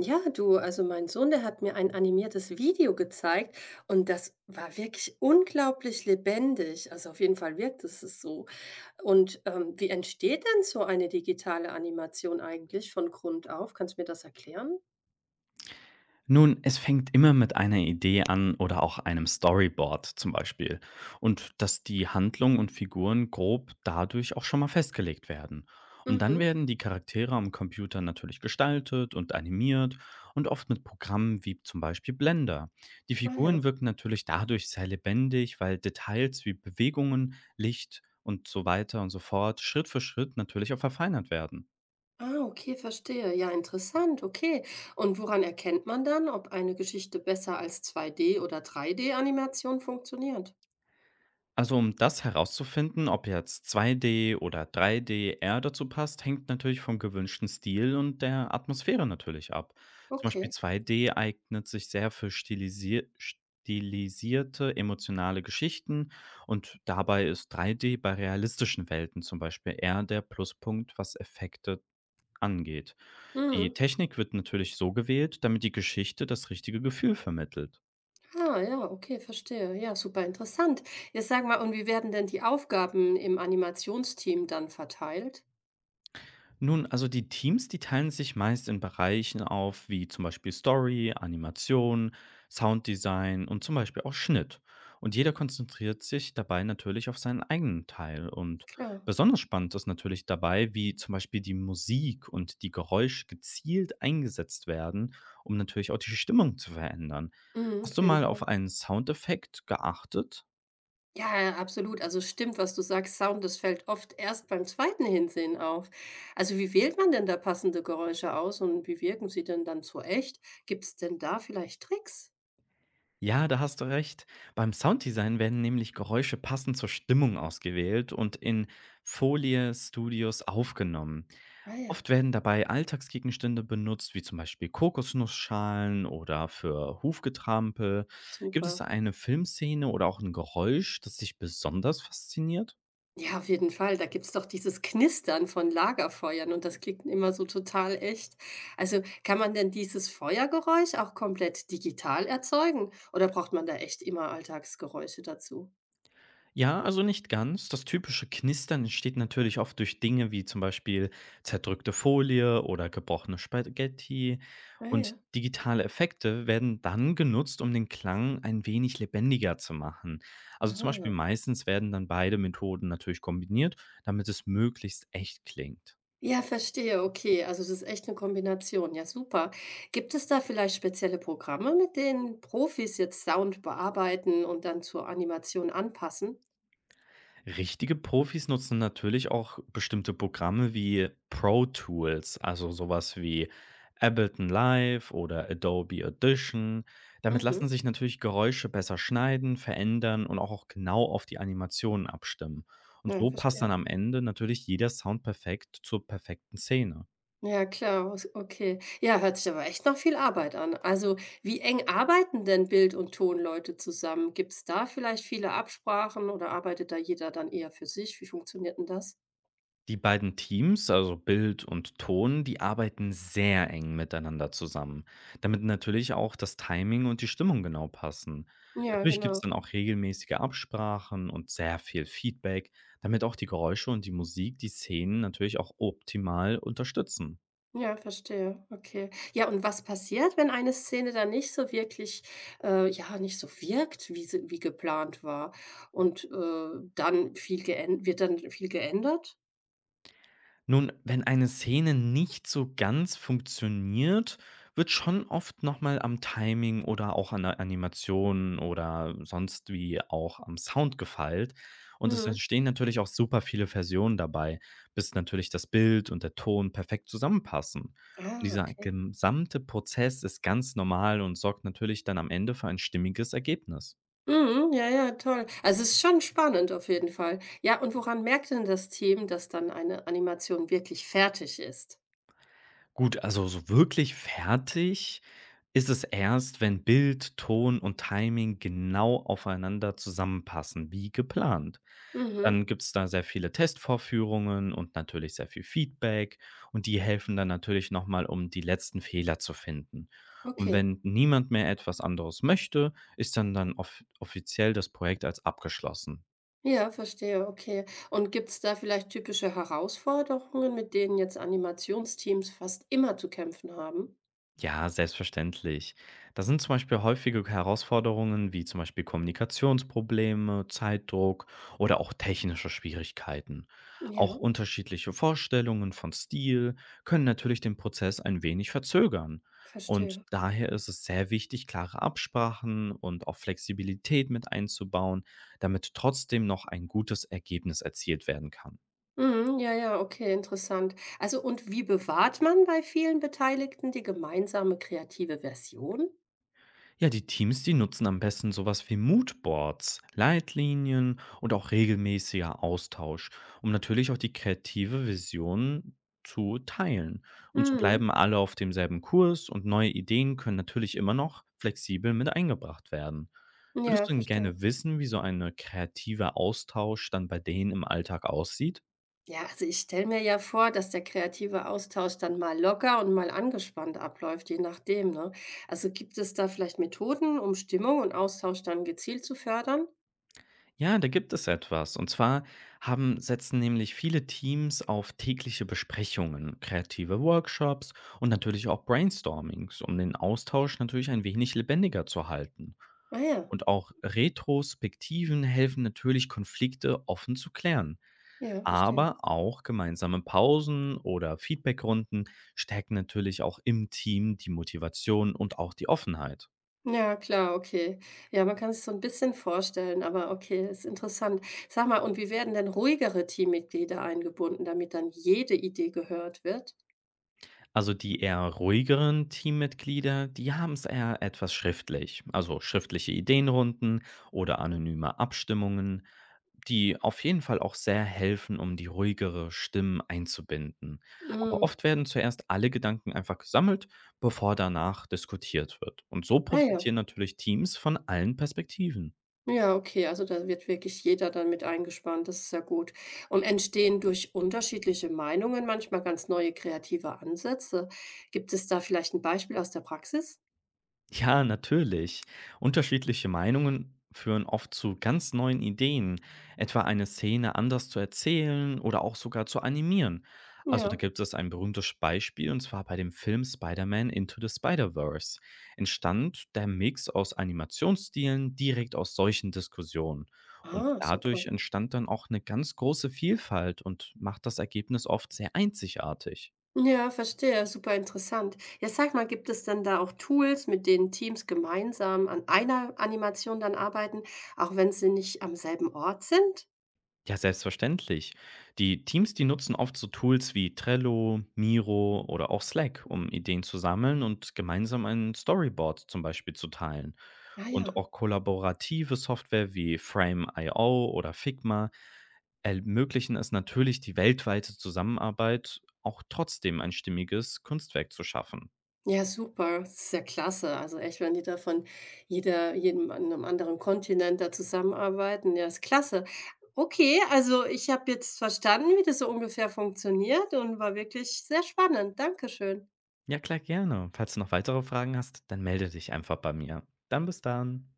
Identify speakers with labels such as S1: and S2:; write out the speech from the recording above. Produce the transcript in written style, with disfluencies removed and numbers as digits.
S1: Ja, du, also mein Sohn, der hat mir ein animiertes Video gezeigt und das war wirklich unglaublich lebendig. Also auf jeden Fall wirkt es so. Und wie entsteht denn so eine digitale Animation eigentlich von Grund auf? Kannst du mir das erklären?
S2: Nun, es fängt immer mit einer Idee an oder auch einem Storyboard zum Beispiel und dass die Handlung und Figuren grob dadurch auch schon mal festgelegt werden. Und dann
S1: Mhm.
S2: werden die Charaktere am Computer natürlich gestaltet und animiert und oft mit Programmen wie zum Beispiel Blender. Die
S1: Ah
S2: Figuren
S1: ja.
S2: wirken natürlich dadurch sehr lebendig, weil Details wie Bewegungen, Licht und so weiter und so fort Schritt für Schritt natürlich auch verfeinert werden.
S1: Ah, okay, verstehe. Ja, interessant. Okay. Und woran erkennt man dann, ob eine Geschichte besser als 2D oder 3D animation funktioniert?
S2: Also, um das herauszufinden, ob jetzt 2D oder 3D eher dazu passt, hängt natürlich vom gewünschten Stil und der Atmosphäre natürlich ab. Zum Beispiel
S1: Okay.
S2: 2D eignet sich sehr für stilisierte emotionale Geschichten und dabei ist 3D bei realistischen Welten zum Beispiel eher der Pluspunkt, was Effekte angeht. Die
S1: Mhm.
S2: Technik wird natürlich so gewählt, damit die Geschichte das richtige Gefühl vermittelt.
S1: Ah, ja, okay, verstehe. Ja, super interessant. Jetzt sag mal, und wie werden denn die Aufgaben im Animationsteam dann verteilt?
S2: Nun, also die Teams, die teilen sich meist in Bereichen auf, wie zum Beispiel Story, Animation, Sounddesign und zum Beispiel auch Schnitt. Und jeder konzentriert sich dabei natürlich auf seinen eigenen Teil. Und
S1: Klar.
S2: besonders spannend ist natürlich dabei, wie zum Beispiel die Musik und die Geräusche gezielt eingesetzt werden, um natürlich auch die Stimmung zu verändern.
S1: Mhm,
S2: Hast
S1: auf
S2: du
S1: jeden
S2: mal
S1: Fall.
S2: auf einen Soundeffekt geachtet?
S1: Ja, ja, absolut. Also stimmt, was du sagst. Sound, das fällt oft erst beim zweiten Hinsehen auf. Also wie wählt man denn da passende Geräusche aus und wie wirken sie denn dann so echt? Gibt es denn da vielleicht Tricks?
S2: Ja, da hast du recht. Beim Sounddesign werden nämlich Geräusche passend zur Stimmung ausgewählt und in Folie Studios aufgenommen.
S1: Ah ja,
S2: Oft werden dabei Alltagsgegenstände benutzt, wie zum Beispiel Kokosnussschalen oder für Hufgetrampel. Gibt es da
S1: super.
S2: eine Filmszene oder auch ein Geräusch, das dich besonders fasziniert?
S1: Ja, auf jeden Fall. Da gibt's doch dieses Knistern von Lagerfeuern und das klingt immer so total echt. Also kann man denn dieses Feuergeräusch auch komplett digital erzeugen oder braucht man da echt immer Alltagsgeräusche dazu?
S2: Ja, also nicht ganz. Das typische Knistern entsteht natürlich oft durch Dinge wie zum Beispiel zerdrückte Folie oder gebrochene Spaghetti.
S1: Ah
S2: Und
S1: ja.
S2: digitale Effekte werden dann genutzt, um den Klang ein wenig lebendiger zu machen. Also zum Beispiel
S1: Ah.
S2: meistens werden dann beide Methoden natürlich kombiniert, damit es möglichst echt klingt.
S1: Ja, verstehe. Okay, also das ist echt eine Kombination. Ja, super. Gibt es da vielleicht spezielle Programme, mit denen Profis jetzt Sound bearbeiten und dann zur Animation anpassen?
S2: Richtige Profis nutzen natürlich auch bestimmte Programme wie Pro Tools, also sowas wie Ableton Live oder Adobe Audition. Damit
S1: Mhm.
S2: lassen sich natürlich Geräusche besser schneiden, verändern und auch genau auf die Animationen abstimmen. Und
S1: Ja,
S2: so passt dann
S1: verstehe.
S2: am Ende natürlich jeder Sound perfekt zur perfekten Szene.
S1: Ja, klar, was okay. Ja, hört sich aber echt nach viel Arbeit an. Also, wie eng arbeiten denn Bild und Tonleute zusammen? Gibt es da vielleicht viele Absprachen oder arbeitet da jeder dann eher für sich? Wie funktioniert denn das?
S2: Die beiden Teams, also Bild und Ton, die arbeiten sehr eng miteinander zusammen, damit natürlich auch das Timing und die Stimmung genau passen.
S1: Ja,
S2: Natürlich gibt es
S1: genau.
S2: dann auch regelmäßige Absprachen und sehr viel Feedback, damit auch die Geräusche und die Musik die Szenen natürlich auch optimal unterstützen.
S1: Ja, verstehe. Okay. Ja, und was passiert, wenn eine Szene dann nicht so wirklich ja, nicht so wirkt, wie sie wie geplant war und, dann viel geän wird dann viel geändert?
S2: Nun, wenn eine Szene nicht so ganz funktioniert, wird schon oft nochmal am Timing oder auch an der Animation oder sonst wie auch am Sound gefeilt. Und es
S1: Mhm.
S2: entstehen natürlich auch super viele Versionen dabei, bis natürlich das Bild und der Ton perfekt zusammenpassen. Und
S1: Ah,
S2: dieser
S1: okay.
S2: gesamte Prozess ist ganz normal und sorgt natürlich dann am Ende für ein stimmiges Ergebnis.
S1: Mhm, ja, ja, toll. Also, es ist schon spannend auf jeden Fall. Ja, und woran merkt denn das Team, dass dann eine Animation wirklich fertig ist?
S2: Gut, also so wirklich fertig ist es erst, wenn Bild, Ton und Timing genau aufeinander zusammenpassen, wie geplant.
S1: Mhm,
S2: Dann gibt es da sehr viele Testvorführungen und natürlich sehr viel Feedback und die helfen dann natürlich nochmal, um die letzten Fehler zu finden. Und
S1: okay.
S2: wenn niemand mehr etwas anderes möchte, ist dann offiziell das Projekt als abgeschlossen.
S1: Ja, verstehe, okay. Und gibt es da vielleicht typische Herausforderungen, mit denen jetzt Animationsteams fast immer zu kämpfen haben?
S2: Ja, selbstverständlich. Da sind zum Beispiel häufige Herausforderungen wie zum Beispiel Kommunikationsprobleme, Zeitdruck oder auch technische Schwierigkeiten. Auch
S1: Ja,
S2: unterschiedliche Vorstellungen von Stil können natürlich den Prozess ein wenig verzögern. Und
S1: verstehe.
S2: daher ist es sehr wichtig, klare Absprachen und auch Flexibilität mit einzubauen, damit trotzdem noch ein gutes Ergebnis erzielt werden kann.
S1: Mhm, ja, ja, okay, interessant. Also, und wie bewahrt man bei vielen Beteiligten die gemeinsame kreative Version?
S2: Ja, die Teams, die nutzen am besten sowas wie Moodboards, Leitlinien und auch regelmäßiger Austausch, um natürlich auch die kreative Vision zu teilen. Und so
S1: Mhm,
S2: bleiben alle auf demselben Kurs und neue Ideen können natürlich immer noch flexibel mit eingebracht werden. Würdest
S1: ja,
S2: du denn
S1: verstehe.
S2: gerne wissen, wie so ein kreativer Austausch dann bei denen im Alltag aussieht?
S1: Ja, also ich stelle mir ja vor, dass der kreative Austausch dann mal locker und mal angespannt abläuft, je nachdem, ne? Also gibt es da vielleicht Methoden, um Stimmung und Austausch dann gezielt zu fördern?
S2: Ja, da gibt es etwas. Und zwar haben setzen nämlich viele Teams auf tägliche Besprechungen, kreative Workshops und natürlich auch Brainstormings, um den Austausch natürlich ein wenig lebendiger zu halten.
S1: Ah ja,
S2: Und auch Retrospektiven helfen natürlich, Konflikte offen zu klären.
S1: ja, verstehe.
S2: Aber auch gemeinsame Pausen oder Feedbackrunden stärken natürlich auch im Team die Motivation und auch die Offenheit.
S1: Ja, klar, okay. Ja, man kann es so ein bisschen vorstellen, aber okay, ist interessant. Sag mal, und wie werden denn ruhigere Teammitglieder eingebunden, damit dann jede Idee gehört wird?
S2: Also die eher ruhigeren Teammitglieder, die haben es eher etwas schriftlich. Also schriftliche Ideenrunden oder anonyme Abstimmungen, die auf jeden Fall auch sehr helfen, um die ruhigere Stimmen einzubinden. Aber
S1: Mhm.
S2: oft werden zuerst alle Gedanken einfach gesammelt, bevor danach diskutiert wird. Und so
S1: Ah ja.
S2: profitieren natürlich Teams von allen Perspektiven.
S1: Ja, okay, also da wird wirklich jeder dann mit eingespannt, das ist ja gut. Und entstehen durch unterschiedliche Meinungen manchmal ganz neue kreative Ansätze? Gibt es da vielleicht ein Beispiel aus der Praxis?
S2: Ja, natürlich. Unterschiedliche Meinungen führen oft zu ganz neuen Ideen, etwa eine Szene anders zu erzählen oder auch sogar zu animieren. Also da
S1: Ja.
S2: gibt es ein berühmtes Beispiel, und zwar bei dem Film Spider-Man Into the Spider-Verse. Entstand der Mix aus Animationsstilen direkt aus solchen Diskussionen. Und
S1: Ah,
S2: dadurch
S1: super.
S2: entstand dann auch eine ganz große Vielfalt und macht das Ergebnis oft sehr einzigartig.
S1: Ja, verstehe, super interessant. Ja, sag mal, gibt es denn da auch Tools, mit denen Teams gemeinsam an einer Animation dann arbeiten, auch wenn sie nicht am selben Ort sind?
S2: Ja, selbstverständlich. Die Teams, die nutzen oft so Tools wie Trello, Miro oder auch Slack, um Ideen zu sammeln und gemeinsam ein Storyboard zum Beispiel zu teilen.
S1: Ah
S2: Und
S1: ja.
S2: auch kollaborative Software wie Frame.io oder Figma ermöglichen es natürlich, die weltweite Zusammenarbeit auch trotzdem ein stimmiges Kunstwerk zu schaffen.
S1: Ja, super. Das ist ja klasse. Also echt, wenn die da von jeder jedem an 'nem anderen Kontinent da zusammenarbeiten, ja, ist klasse. Okay, also ich habe jetzt verstanden, wie das so ungefähr funktioniert und war wirklich sehr spannend. Dankeschön.
S2: Ja, klar, gerne. Falls du noch weitere Fragen hast, dann melde dich einfach bei mir. Dann bis dann.